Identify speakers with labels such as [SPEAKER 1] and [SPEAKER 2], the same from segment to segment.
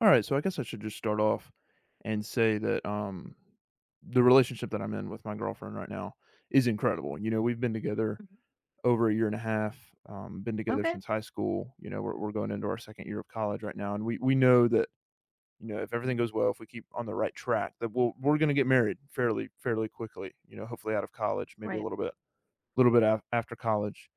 [SPEAKER 1] All right, so I guess I should just start off and say that the relationship that I'm in with my girlfriend right now is incredible. You know, we've been together
[SPEAKER 2] Mhm.
[SPEAKER 1] over a year and a half, been together
[SPEAKER 2] Okay.
[SPEAKER 1] since high school. You know, we're going into our second year of college right now, and we know that you know if everything goes well, if we keep on the right track, that we're going to get married fairly quickly. You know, hopefully out of college, maybe
[SPEAKER 2] Right.
[SPEAKER 1] a little bit after college.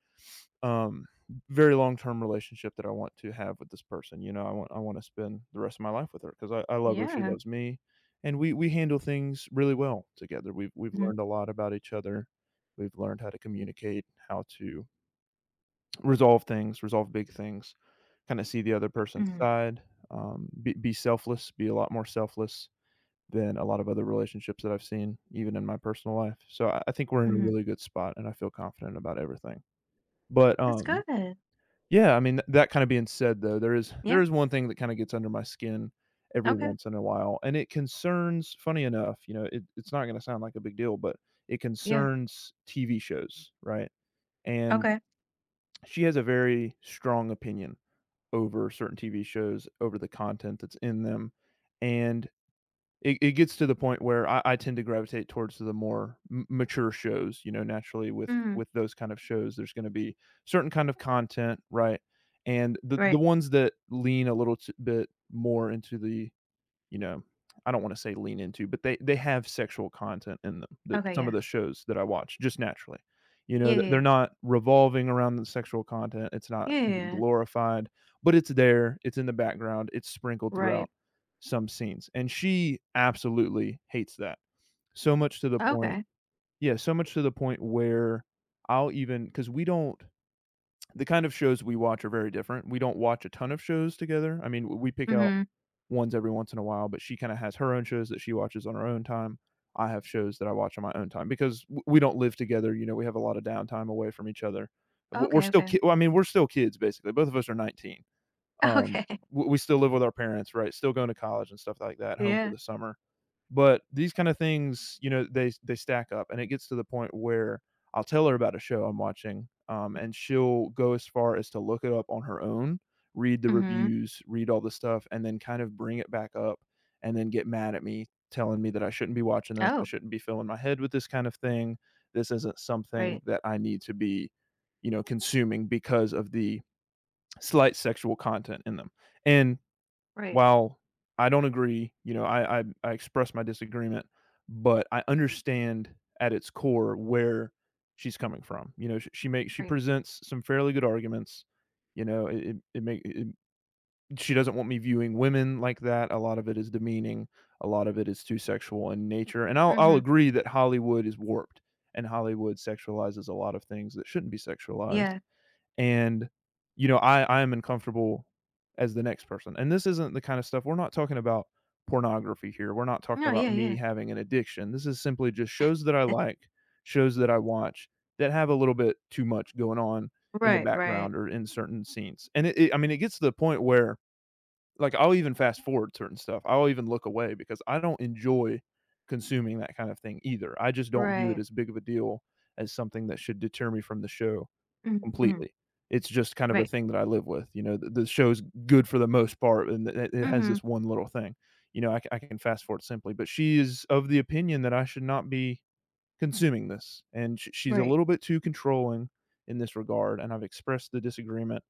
[SPEAKER 1] Um, very long term relationship that I want to have with this person. You know, I want to spend the rest of my life with her because I love her. She
[SPEAKER 2] Yeah.
[SPEAKER 1] loves me, and we handle things really well together. We've
[SPEAKER 2] Hmm.
[SPEAKER 1] learned a lot about each other. We've learned how to communicate, how to resolve things, resolve big things, kind of see the other person's
[SPEAKER 2] Hmm.
[SPEAKER 1] side, be selfless, be a lot more selfless than a lot of other relationships that I've seen, even in my personal life. So I think we're in a
[SPEAKER 2] Hmm.
[SPEAKER 1] really good spot, and I feel confident about everything. But,
[SPEAKER 2] That's good.
[SPEAKER 1] yeah, I mean, that kinda being said, though, there
[SPEAKER 2] Yeah.
[SPEAKER 1] is one thing that kinda gets under my skin every
[SPEAKER 2] Okay.
[SPEAKER 1] once in a while, and it concerns funny enough, you know, it's not gonna sound like a big deal, but it
[SPEAKER 2] Yeah.
[SPEAKER 1] concerns TV shows, right? And
[SPEAKER 2] Okay.
[SPEAKER 1] she has a very strong opinion over certain TV shows, over the content that's in them, and it gets to the point where I tend to gravitate towards the more mature shows. You know, naturally with
[SPEAKER 2] Hmm.
[SPEAKER 1] those kind of shows there's going to be certain kind of content, right? And the
[SPEAKER 2] Right.
[SPEAKER 1] ones that lean a little bit more into the you know, I don't want to say lean into, but they have sexual content in them, that
[SPEAKER 2] Okay.
[SPEAKER 1] some of
[SPEAKER 2] Yeah.
[SPEAKER 1] the shows that I watch just naturally. You know,
[SPEAKER 2] Yeah.
[SPEAKER 1] th they're
[SPEAKER 2] Yeah.
[SPEAKER 1] not revolving around the sexual content, it's not
[SPEAKER 2] Yeah. Yeah. Yeah,
[SPEAKER 1] even
[SPEAKER 2] yeah.
[SPEAKER 1] glorified, but it's there, it's in the background, it's sprinkled throughout
[SPEAKER 2] Right.
[SPEAKER 1] some scenes, and she absolutely hates that. So much to the point,
[SPEAKER 2] Okay.
[SPEAKER 1] yeah, so much to the point where I'll even because we don't the kind of shows we watch are very different, we don't watch a ton of shows together. I mean, we pick out
[SPEAKER 2] Mm-hmm.
[SPEAKER 1] ones every once in a while, but she kind of has her own shows that she watches on her own time. I have shows that I watch on my own time because we don't live together. You know, we have a lot of downtime away from each other. We're
[SPEAKER 2] Okay.
[SPEAKER 1] still,
[SPEAKER 2] Okay.
[SPEAKER 1] well, I mean, we're still kids basically. Both of us are 19. Um,
[SPEAKER 2] Okay.
[SPEAKER 1] we still live with our parents, right? Still going to college and stuff like that, home for
[SPEAKER 2] Yeah.
[SPEAKER 1] the summer. But these kind of things, you know, they stack up, and it gets to the point where I'll tell her about a show I'm watching, and she'll go as far as to look it up on her own, read the
[SPEAKER 2] Mm-hmm.
[SPEAKER 1] reviews, read all the stuff, and then kind of bring it back up, and then get mad at me, telling me that I shouldn't be watching this, I
[SPEAKER 2] Oh.
[SPEAKER 1] shouldn't be filling my head with this kind of thing. This isn't something
[SPEAKER 2] Right.
[SPEAKER 1] that I need to be, you know, consuming because of the slight sexual content in them. And
[SPEAKER 2] Right.
[SPEAKER 1] while I don't agree, you know, I express my disagreement, but I understand at its core where she's coming from. You know, she
[SPEAKER 2] Right.
[SPEAKER 1] presents some fairly good arguments. You know, she doesn't want me viewing women like that. A lot of it is demeaning. A lot of it is too sexual in nature. And I'll
[SPEAKER 2] Mm-hmm.
[SPEAKER 1] agree that Hollywood is warped and Hollywood sexualizes a lot of things that shouldn't be sexualized,
[SPEAKER 2] Yeah.
[SPEAKER 1] and you know I am uncomfortable as the next person, and this isn't the kind of stuff, we're not talking about pornography here, we're not talking
[SPEAKER 2] No.
[SPEAKER 1] about
[SPEAKER 2] Yeah.
[SPEAKER 1] me
[SPEAKER 2] Yeah.
[SPEAKER 1] having an addiction, this is simply just shows that I like, shows that I watch that have a little bit too much going on in the
[SPEAKER 2] Right.
[SPEAKER 1] background
[SPEAKER 2] Right.
[SPEAKER 1] or in certain scenes. And it I mean it gets to the point where like I'll even fast forward certain stuff, I'll even look away because I don't enjoy consuming that kind of thing either, I just don't view it
[SPEAKER 2] Right.
[SPEAKER 1] as big of a deal as something that should deter me from the show
[SPEAKER 2] Mm-hmm.
[SPEAKER 1] completely. It's just kind of a
[SPEAKER 2] Right.
[SPEAKER 1] thing that I live with, you know, the show's good for the most part, and it has
[SPEAKER 2] Mm-hmm.
[SPEAKER 1] this one little thing. You know, I can fast forward simply, but she is of the opinion that I should not be consuming this, and sh she's a
[SPEAKER 2] Right.
[SPEAKER 1] little bit too controlling in this regard, and I've expressed the disagreement,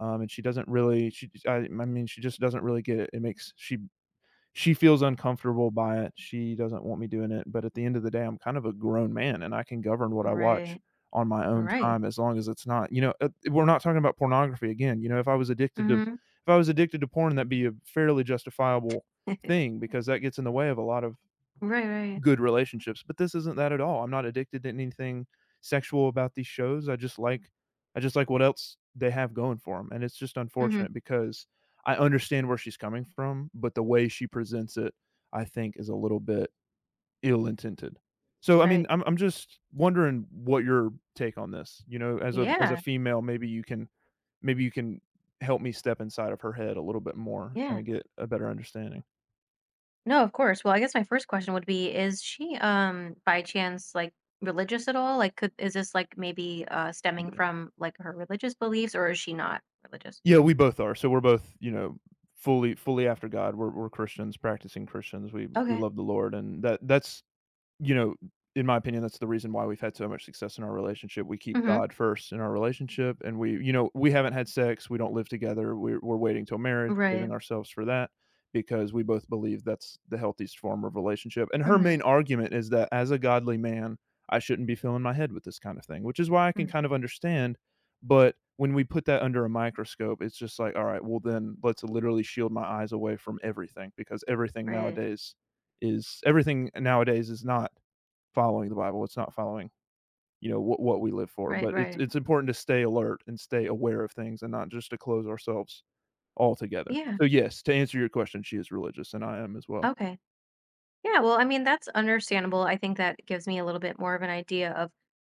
[SPEAKER 1] and she doesn't really she I mean, she just doesn't really get it. It makes She feels uncomfortable by it. She doesn't want me doing it. But at the end of the day, I'm kind of a grown man and I can govern what I watch
[SPEAKER 2] Right.
[SPEAKER 1] on my own
[SPEAKER 2] Right.
[SPEAKER 1] time as long as it's not, you know, we're not talking about pornography again. You know, if I was addicted to
[SPEAKER 2] Mm-hmm.
[SPEAKER 1] if I was addicted to porn, that'd be a fairly justifiable thing because that gets in the way of a lot of
[SPEAKER 2] Right. Right.
[SPEAKER 1] good relationships, but this isn't that at all. I'm not addicted to anything sexual about these shows. I just like what else they have going for them, and it's just
[SPEAKER 2] Mm-hmm.
[SPEAKER 1] unfortunate because I understand where she's coming from, but the way she presents it, I think, is a little bit ill-intended. So, I mean,
[SPEAKER 2] Right.
[SPEAKER 1] I'm just wondering what your take on this, you know, as a
[SPEAKER 2] Yeah.
[SPEAKER 1] female, maybe you can maybe you can help me step inside of her head a little bit more,
[SPEAKER 2] Yeah.
[SPEAKER 1] kinda get a better understanding.
[SPEAKER 2] No, of course. Well, I guess my first question would be, is she by chance like religious at all? Like could is this like maybe stemming from like her religious beliefs or is she not religious?
[SPEAKER 1] Yeah, we both are. So we're both, you know, fully after God. We're Christians, practicing Christians. We
[SPEAKER 2] Okay.
[SPEAKER 1] love the Lord, and that's you know, in my opinion, that's the reason why we've had so much success in our relationship. We keep
[SPEAKER 2] Mhm.
[SPEAKER 1] God first in our relationship, and we you know, we haven't had sex, we don't live together, we're waiting till marriage,
[SPEAKER 2] Right.
[SPEAKER 1] saving ourselves for that, because we both believe that's the healthiest form of relationship, and her
[SPEAKER 2] Mhm.
[SPEAKER 1] main argument is that as a godly man, I shouldn't be filling my head with this kind of thing, which is why I can
[SPEAKER 2] Mm.
[SPEAKER 1] kind of understand, but when we put that under a microscope, it's just like, "Alright, well, then let's literally shield my eyes away from everything," because
[SPEAKER 2] Right.
[SPEAKER 1] everything nowadays is not following the Bible, it's not following, you know, what we live for,
[SPEAKER 2] Right,
[SPEAKER 1] but
[SPEAKER 2] right.
[SPEAKER 1] it's important to stay alert and stay aware of things and not just to close ourselves altogether.
[SPEAKER 2] Yeah.
[SPEAKER 1] So, yes, to answer your question, she is religious, and I am as well.
[SPEAKER 2] Okay. Yeah, well, I mean, that's understandable. I think that gives me a little bit more of an idea of,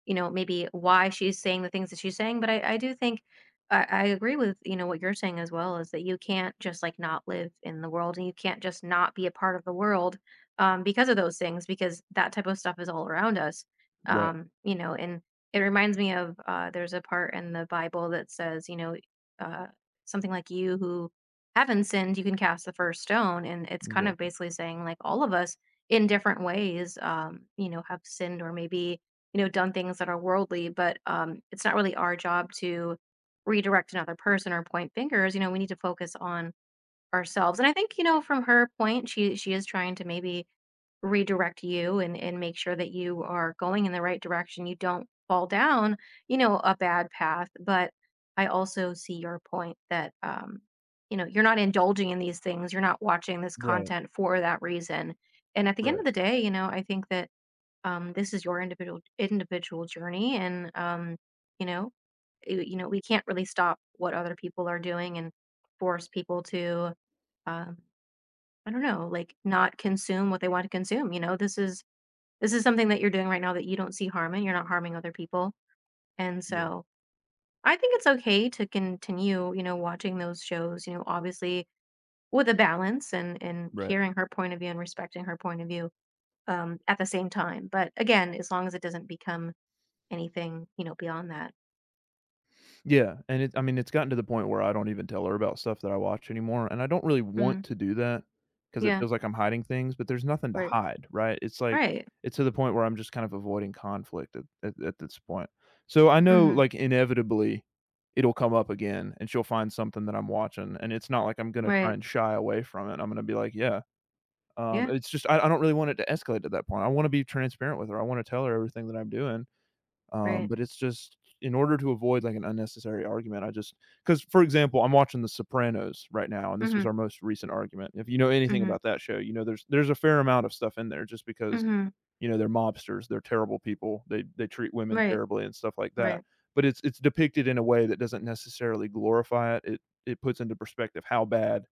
[SPEAKER 2] you know, maybe why she's saying the things that she's saying. But I do think I agree with, you know, what you're saying as well is that you can't just like not live in the world and you can't just not be a part of the world because of those things, because that type of stuff is all around us,
[SPEAKER 1] Right,
[SPEAKER 2] you know, and it reminds me of there's a part in the Bible that says, you know, uh, something like you who haven't sinned, you can cast the first stone. And it's kind of
[SPEAKER 1] exactly.
[SPEAKER 2] basically saying like all of us in different ways, you know, have sinned or maybe, done things that are worldly, but it's not really our job to redirect another person or point fingers. You know, we need to focus on ourselves. And I think, from her point, she is trying to maybe redirect you and make sure that you are going in the right direction. You don't fall down, a bad path. But I also see your point that you're not indulging in these things. You're not watching this
[SPEAKER 1] Right,
[SPEAKER 2] content for that reason. And at the end
[SPEAKER 1] right,
[SPEAKER 2] of the day, I think that this is your individual journey and you know, we can't really stop what other people are doing and force people to um, I don't know, like not consume what they want to consume. You know, this is something that you're doing right now that you don't see harm in. You're not harming other people, and
[SPEAKER 1] yeah,
[SPEAKER 2] so I think it's okay to continue, watching those shows. You know, obviously with a balance and
[SPEAKER 1] right.
[SPEAKER 2] hearing her point of view and respecting her point of view at the same time. But again, as long as it doesn't become anything, you know, beyond that.
[SPEAKER 1] Yeah, and it I mean, it's gotten to the point where I don't even tell her about stuff that I watch anymore, and I don't really want
[SPEAKER 2] Mm,
[SPEAKER 1] to do that because it
[SPEAKER 2] yeah.
[SPEAKER 1] feels like I'm hiding things, but there's nothing to
[SPEAKER 2] Right.
[SPEAKER 1] hide, right? It's like
[SPEAKER 2] Right.
[SPEAKER 1] it's to the point where I'm just kind of avoiding conflict at this point. So, I know,
[SPEAKER 2] Mm-hmm.
[SPEAKER 1] like, inevitably, it'll come up again, and she'll find something that I'm watching, and it's not like I'm gonna try
[SPEAKER 2] Right.
[SPEAKER 1] and shy away from it. I'm gonna be like, "Yeah."
[SPEAKER 2] Yeah.
[SPEAKER 1] It's just I don't really want it to escalate to that point. I wanna be transparent with her. I wanna tell her everything that I'm doing,
[SPEAKER 2] Right.
[SPEAKER 1] but it's just in order to avoid, like, an unnecessary argument, I just because for example, I'm watching The Sopranos right now, and this was
[SPEAKER 2] Mm-hmm.
[SPEAKER 1] our most recent argument. If you know anything
[SPEAKER 2] Mm-hmm.
[SPEAKER 1] about that show, you know there's a fair amount of stuff in there just because,
[SPEAKER 2] Mm-hmm.
[SPEAKER 1] you know, they're mobsters, they're terrible people, they treat women
[SPEAKER 2] Right.
[SPEAKER 1] terribly and stuff like that.
[SPEAKER 2] Right.
[SPEAKER 1] But it's depicted in a way that doesn't necessarily glorify it. It puts into perspective how bad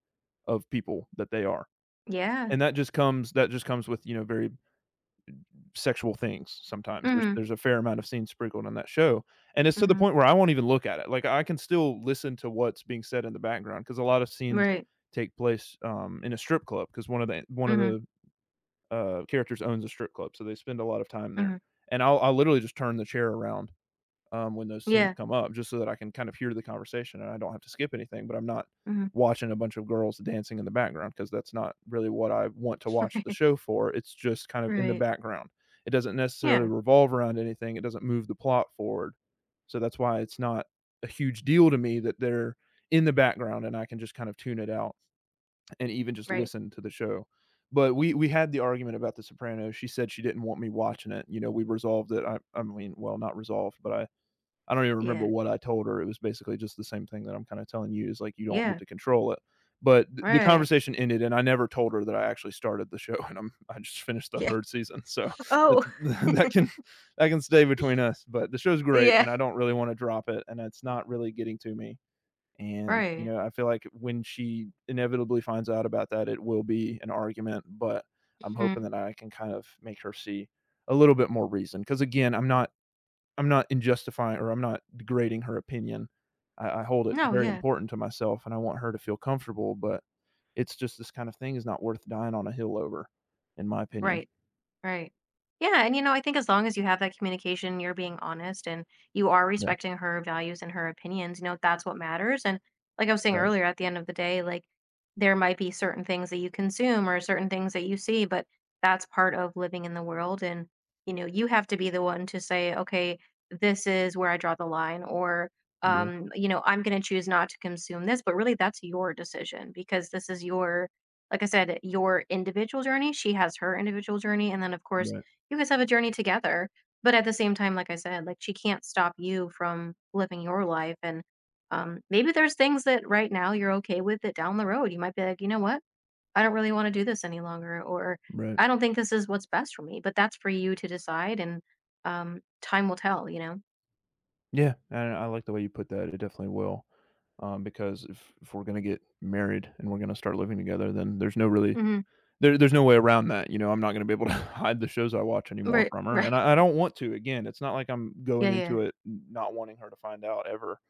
[SPEAKER 1] of people that they are.
[SPEAKER 2] Yeah.
[SPEAKER 1] And that just comes with, you know, very sexual things sometimes. There's
[SPEAKER 2] Mm-hmm.
[SPEAKER 1] there's a fair amount of scenes sprinkled on that show, and it's to the
[SPEAKER 2] Mhm.
[SPEAKER 1] point where I won't even look at it. Like I can still listen to what's being said in the background because a lot of scenes
[SPEAKER 2] Right.
[SPEAKER 1] take place in a strip club because one of the one of
[SPEAKER 2] Mhm.
[SPEAKER 1] the characters owns a strip club, so they spend a lot of time there.
[SPEAKER 2] Mhm.
[SPEAKER 1] And I'll literally just turn the chair around when those scenes
[SPEAKER 2] Yeah.
[SPEAKER 1] come up, just so that I can kind of hear the conversation and I don't have to skip anything, but I'm not
[SPEAKER 2] Mhm.
[SPEAKER 1] watching a bunch of girls dancing in the background because that's not really what I want to watch the show for. It's just kind of
[SPEAKER 2] Right.
[SPEAKER 1] in the
[SPEAKER 2] Right.
[SPEAKER 1] background. It doesn't necessarily
[SPEAKER 2] Yeah.
[SPEAKER 1] revolve around anything. It doesn't move the plot forward. So that's why it's not a huge deal to me that they're in the background and I can just kind of tune it out and even just
[SPEAKER 2] Right.
[SPEAKER 1] listen to the show. But we had the argument about The Sopranos. She said she didn't want me watching it. You know, we resolved it. I mean, well, not resolved, but I don't even remember
[SPEAKER 2] Yeah.
[SPEAKER 1] what I told her. It was basically just the same thing that I'm kind of telling you is like you don't get
[SPEAKER 2] Yeah.
[SPEAKER 1] to control it. But the
[SPEAKER 2] Right.
[SPEAKER 1] conversation ended, and I never told her that I actually started the show, and I just finished the
[SPEAKER 2] Yeah.
[SPEAKER 1] third season, so that's
[SPEAKER 2] Oh.
[SPEAKER 1] that can stay between us. But the show's great,
[SPEAKER 2] Yeah.
[SPEAKER 1] and I don't really want to drop it, and it's not really getting to me. And you
[SPEAKER 2] Right.
[SPEAKER 1] know, I feel like when she inevitably finds out about that, it will be an argument. But I'm hoping
[SPEAKER 2] Mhm.
[SPEAKER 1] that I can kind of make her see a little bit more reason, because again, I'm not injustifying or I'm not degrading her opinion. I hold it
[SPEAKER 2] No.
[SPEAKER 1] very
[SPEAKER 2] Yeah.
[SPEAKER 1] important to myself, and I want her to feel comfortable. But it's just this kind of thing is not worth dying on a hill over, in my opinion.
[SPEAKER 2] Right. Right. Yeah, and I think as long as you have that communication, you're being honest and you are
[SPEAKER 1] Yeah.
[SPEAKER 2] respecting her values and her opinions, that's what matters. And like I was saying
[SPEAKER 1] Right.
[SPEAKER 2] earlier, at the end of the day, like there might be certain things that you consume or certain things that you see, but that's part of living in the world. And, you have to be the one to say, okay, this is where I draw the line, or,
[SPEAKER 1] Yeah.
[SPEAKER 2] I'm going to choose not to consume this, but really that's your decision because this is your, like I said, your individual journey, she has her individual journey, and then, of course,
[SPEAKER 1] Right.
[SPEAKER 2] you guys have a journey together. But at the same time, like I said, like she can't stop you from living your life. And maybe there's things that right now you're okay with that down the road you might be like, you know what? I don't really want to do this any longer, or
[SPEAKER 1] Right.
[SPEAKER 2] I don't think this is what's best for me. But that's for you to decide, and time will tell. You know.
[SPEAKER 1] Yeah. And I like the way you put that. It definitely will. Because if we're gonna get married and we're gonna start living together, then there's no really
[SPEAKER 2] Hmm.
[SPEAKER 1] there's no way around that. You know, I'm not gonna be able to hide the shows I watch anymore
[SPEAKER 2] Right.
[SPEAKER 1] from her,
[SPEAKER 2] Right.
[SPEAKER 1] and I don't want to. Again, it's not like I'm
[SPEAKER 2] Yeah.
[SPEAKER 1] going
[SPEAKER 2] Yeah.
[SPEAKER 1] into it not wanting her to find out ever.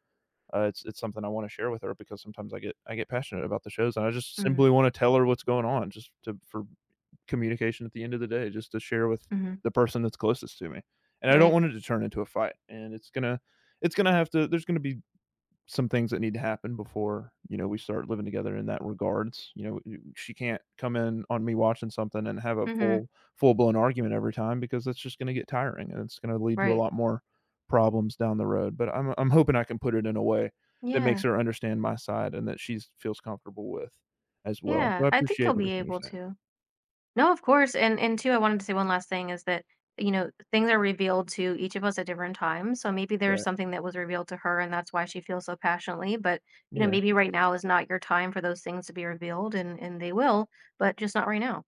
[SPEAKER 1] It's something I wanna share with her because sometimes I get passionate about the shows, and I just
[SPEAKER 2] Mm-hmm.
[SPEAKER 1] simply wanna tell her what's going on just to for communication at the end of the day, just to share with
[SPEAKER 2] Mm-hmm.
[SPEAKER 1] the person that's closest to me. And I don't
[SPEAKER 2] Right.
[SPEAKER 1] want it to turn into a fight, and it's gonna have to there's gonna be some things that need to happen before you know we start living together in that regards, you know, she can't come in on me watching something and have a
[SPEAKER 2] Mm-hmm.
[SPEAKER 1] full blown argument every time because that's just going to get tiring and it's going to lead to a
[SPEAKER 2] Right.
[SPEAKER 1] lot more problems down the road. But I'm hoping I can put it in a way that makes
[SPEAKER 2] Yeah.
[SPEAKER 1] her understand my side and that she feels comfortable with as well. So
[SPEAKER 2] Yeah.
[SPEAKER 1] I
[SPEAKER 2] I think you'll
[SPEAKER 1] appreciate
[SPEAKER 2] be
[SPEAKER 1] everything you're
[SPEAKER 2] able
[SPEAKER 1] saying.
[SPEAKER 2] to. No, of course, and two, I wanted to say one last thing is that, things are revealed to each of us at different times. So maybe there's
[SPEAKER 1] Right.
[SPEAKER 2] something that was revealed to her and that's why she feels so passionately. But,
[SPEAKER 1] Yeah.
[SPEAKER 2] maybe right now is not your time for those things to be revealed and they will, but just not right now.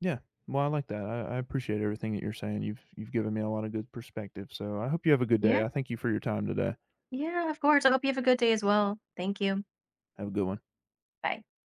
[SPEAKER 1] Yeah, well, I like that. I appreciate everything that you're saying. You've given me a lot of good perspective. So I hope you have a good day.
[SPEAKER 2] Yeah.
[SPEAKER 1] I thank you for your time today.
[SPEAKER 2] Yeah, of course. I hope you have a good day as well. Thank you.
[SPEAKER 1] Have a good one.
[SPEAKER 2] Bye.